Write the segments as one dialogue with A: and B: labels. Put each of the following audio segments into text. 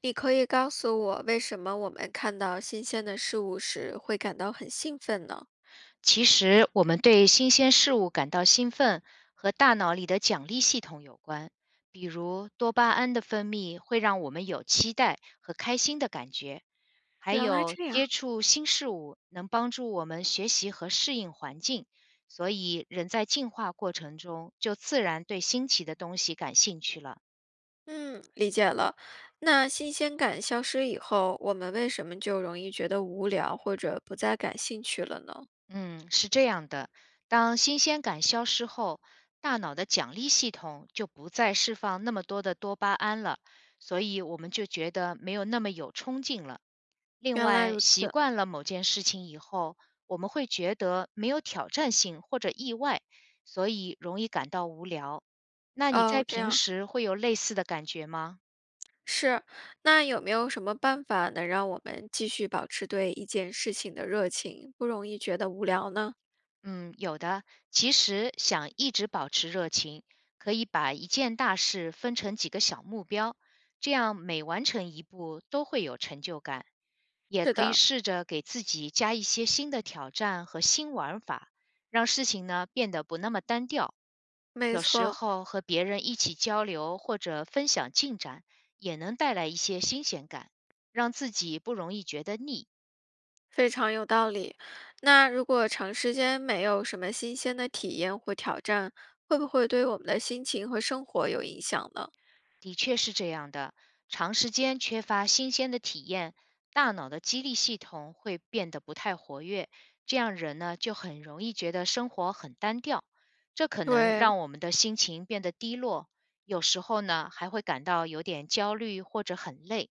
A: 你可以告诉我，为什么我们看到新鲜的事物时会感到很兴奋呢？
B: 其实，我们对新鲜事物感到兴奋和大脑里的奖励系统有关。比如，多巴胺的分泌会让我们有期待和开心的感觉，还
A: 原来
B: 有
A: 这样，
B: 接触新事物能帮助我们学习和适应环境，所以人在进化过程中就自然对新奇的东西感兴趣了。
A: 嗯，理解了。那新鲜感消失以后，我们为什么就容易觉得无聊或者不再感兴趣了呢？
B: 嗯，是这样的，当新鲜感消失后，大脑的奖励系统就不再释放那么多的多巴胺了，所以我们就觉得没有那么有冲劲了。另
A: 原来
B: 外，
A: 如此。
B: 习惯了某件事情以后，我们会觉得没有挑战性或者意外，所以容易感到无聊。那你在
A: 哦，这
B: 平
A: 样
B: 时会有类似的感觉吗？
A: 是。那有没有什么办法能让我们继续保持对一件事情的热情，不容易觉得无聊呢？
B: 嗯，有的。其实想一直保持热情，可以把一件大事分成几个小目标，这样每完成一步都会有成就感。也
A: 是
B: 可以
A: 的，
B: 试着给自己加一些新的挑战和新玩法，让事情呢变得不那么单调。
A: 没
B: 有时
A: 错。
B: 候和别人一起交流或者分享进展，也能带来一些新鲜感，让自己不容易觉得腻。
A: 非常有道理。那如果长时间没有什么新鲜的体验或挑战，会不会对我们的心情和生活有影响呢？
B: 的确是这样的，长时间缺乏新鲜的体验，大脑的激励系统会变得不太活跃，这样人呢就很容易觉得生活很单调，这可能
A: 对，
B: 让我们的心情变得低落，有时候呢还会感到有点焦虑或者很累。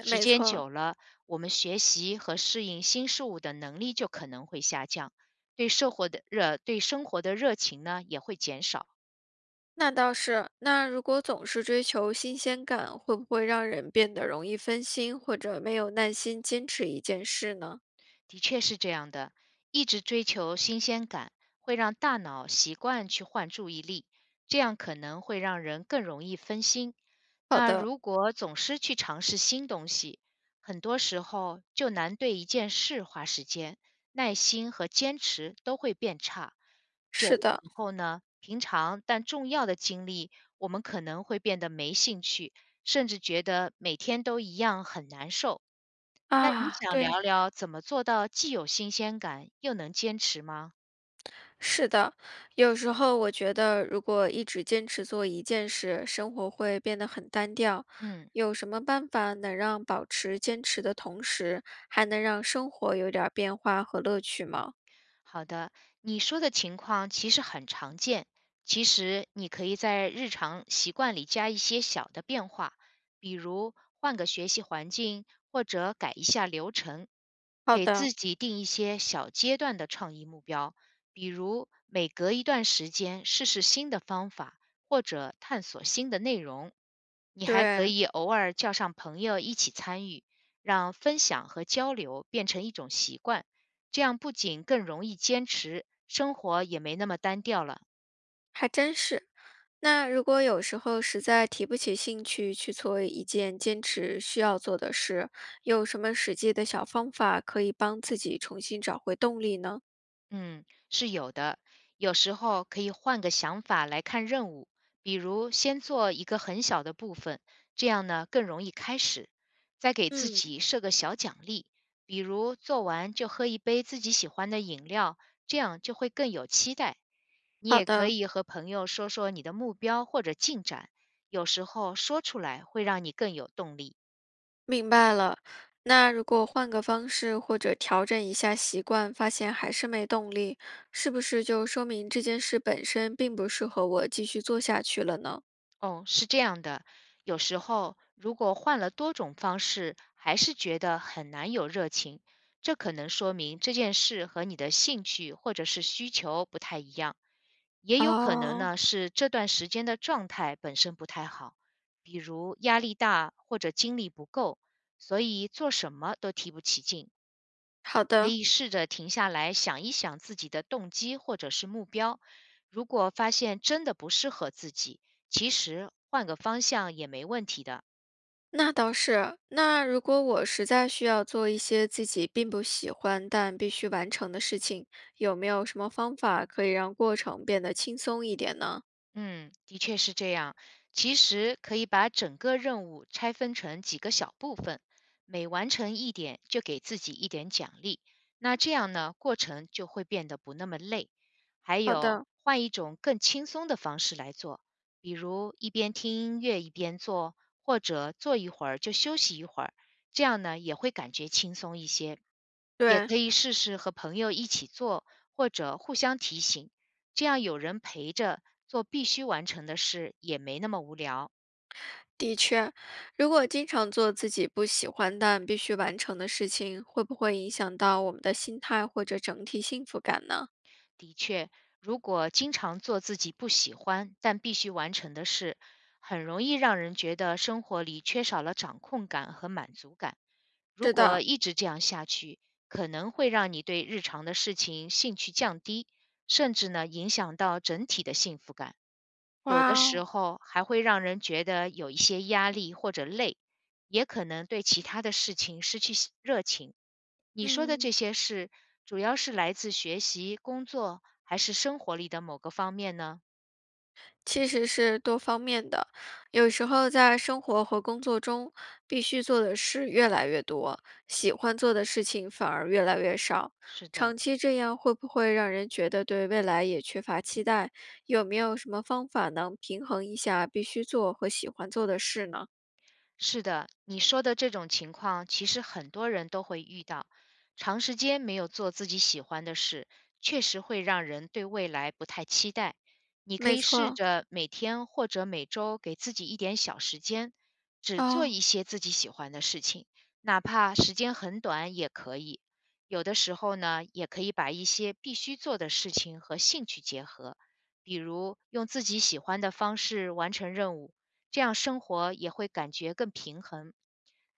B: 时
A: 没
B: 间
A: 错，
B: 久了，我们学习和适应新事物的能力就可能会下降，对社会的热对生活的热情呢也会减少。
A: 那倒是。那如果总是追求新鲜感，会不会让人变得容易分心，或者没有耐心坚持一件事呢？
B: 的确是这样的，一直追求新鲜感，会让大脑习惯去换注意力，这样可能会让人更容易分心。
A: 好
B: 那
A: 的，
B: 如果总是去尝试新东西，很多时候就难对一件事花时间，耐心和坚持都会变差。久
A: 是
B: 了
A: 的
B: 以后呢，平常但重要的经历，我们可能会变得没兴趣，甚至觉得每天都一样很难受。那你
A: 啊，
B: 想
A: 对，
B: 聊聊怎么做到既有新鲜感，又能坚持吗？
A: 是的，有时候我觉得，如果一直坚持做一件事，生活会变得很单调。
B: 嗯。
A: 有什么办法能让保持坚持的同时，还能让生活有点儿变化和乐趣吗？
B: 好的，你说的情况其实很常见。其实你可以在日常习惯里加一些小的变化，比如换个学习环境，或者改一下流程，
A: 好
B: 给自
A: 的，
B: 己定一些小阶段的创意目标，比如每隔一段时间试试新的方法，或者探索新的内容。你还可
A: 对，
B: 以偶尔叫上朋友一起参与，让分享和交流变成一种习惯。这样不仅更容易坚持，生活也没那么单调了。
A: 还真是。那如果有时候实在提不起兴趣去做一件坚持需要做的事，有什么实际的小方法可以帮自己重新找回动力呢？
B: 嗯，是有的。有时候可以换个想法来看任务，比如先做一个很小的部分，这样呢更容易开始。再给自
A: 嗯，
B: 己设个小奖励，比如做完就喝一杯自己喜欢的饮料，这样就会更有期待。你
A: 好
B: 也可
A: 的。
B: 以和朋友说说你的目标或者进展，有时候说出来会让你更有动力。
A: 明白了。那如果换个方式或者调整一下习惯，发现还是没动力，是不是就说明这件事本身并不适合我继续做下去了呢？
B: 哦，是这样的，有时候如果换了多种方式，还是觉得很难有热情，这可能说明这件事和你的兴趣或者是需求不太一样，也有可能
A: 哦，
B: 呢是这段时间的状态本身不太好，比如压力大或者精力不够，所以做什么都提不起劲。
A: 好
B: 可
A: 的，
B: 以试着停下来想一想自己的动机或者是目标。如果发现真的不适合自己，其实换个方向也没问题的。
A: 那倒是。那如果我实在需要做一些自己并不喜欢但必须完成的事情，有没有什么方法可以让过程变得轻松一点呢？
B: 嗯，的确是这样。其实可以把整个任务拆分成几个小部分，每完成一点就给自己一点奖励。那这样呢，过程就会变得不那么累。还
A: 好
B: 有，
A: 的，
B: 换一种更轻松的方式来做，比如一边听音乐一边做，或者做一会儿就休息一会儿，这样呢也会感觉轻松一些。也
A: 对。
B: 可以试试和朋友一起做，或者互相提醒。这样有人陪着做必须完成的事，也没那么无聊。
A: 的确，如果经常做自己不喜欢但必须完成的事情，会不会影响到我们的心态或者整体幸福感呢？
B: 的确，如果经常做自己不喜欢但必须完成的事，很容易让人觉得生活里缺少了掌控感和满足感。如
A: 是
B: 果
A: 的，
B: 一直这样下去，可能会让你对日常的事情兴趣降低，甚至呢影响到整体的幸福感。有的
A: 哇
B: 时
A: 哦，
B: 候还会让人觉得有一些压力或者累，也可能对其他的事情失去热情。你说的这
A: 嗯，
B: 些事，主要是来自学习、工作还是生活里的某个方面呢？
A: 其实是多方面的。有时候在生活和工作中，必须做的事越来越多，喜欢做的事情反而越来越少。
B: 是的。
A: 长期这样会不会让人觉得对未来也缺乏期待？有没有什么方法能平衡一下必须做和喜欢做的事呢？
B: 是的，你说的这种情况，其实很多人都会遇到。长时间没有做自己喜欢的事，确实会让人对未来不太期待。你可
A: 没
B: 以试
A: 错，
B: 着每天或者每周给自己一点小时间，只做
A: 哦，
B: 一些自己喜欢的事情，哪怕时间很短也可以。有的时候呢，也可以把一些必须做的事情和兴趣结合，比如用自己喜欢的方式完成任务，这样生活也会感觉更平衡。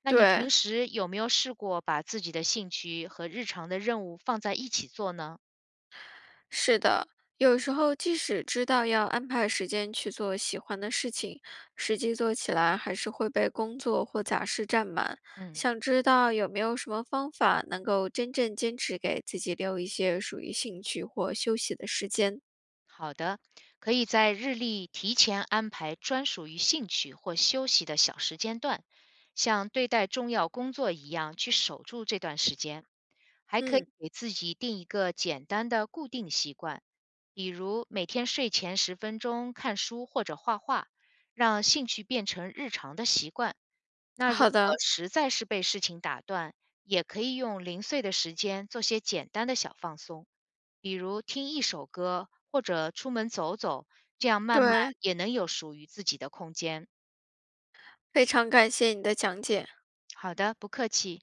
B: 那你平
A: 对，
B: 时有没有试过把自己的兴趣和日常的任务放在一起做呢？
A: 是的。有时候即使知道要安排时间去做喜欢的事情，实际做起来还是会被工作或杂事占满。
B: 嗯，
A: 想知道有没有什么方法能够真正坚持给自己留一些属于兴趣或休息的时间？
B: 好的，可以在日历提前安排专属于兴趣或休息的小时间段，像对待重要工作一样去守住这段时间。还可以
A: 嗯，
B: 给自己定一个简单的固定习惯，比如每天睡前10分钟看书或者画画，让兴趣变成日常的习惯。那如
A: 好
B: 果
A: 的，
B: 实在是被事情打断，也可以用零碎的时间做些简单的小放松，比如听一首歌或者出门走走，这样慢慢
A: 对，
B: 也能有属于自己的空间。
A: 非常感谢你的讲解。
B: 好的，不客气。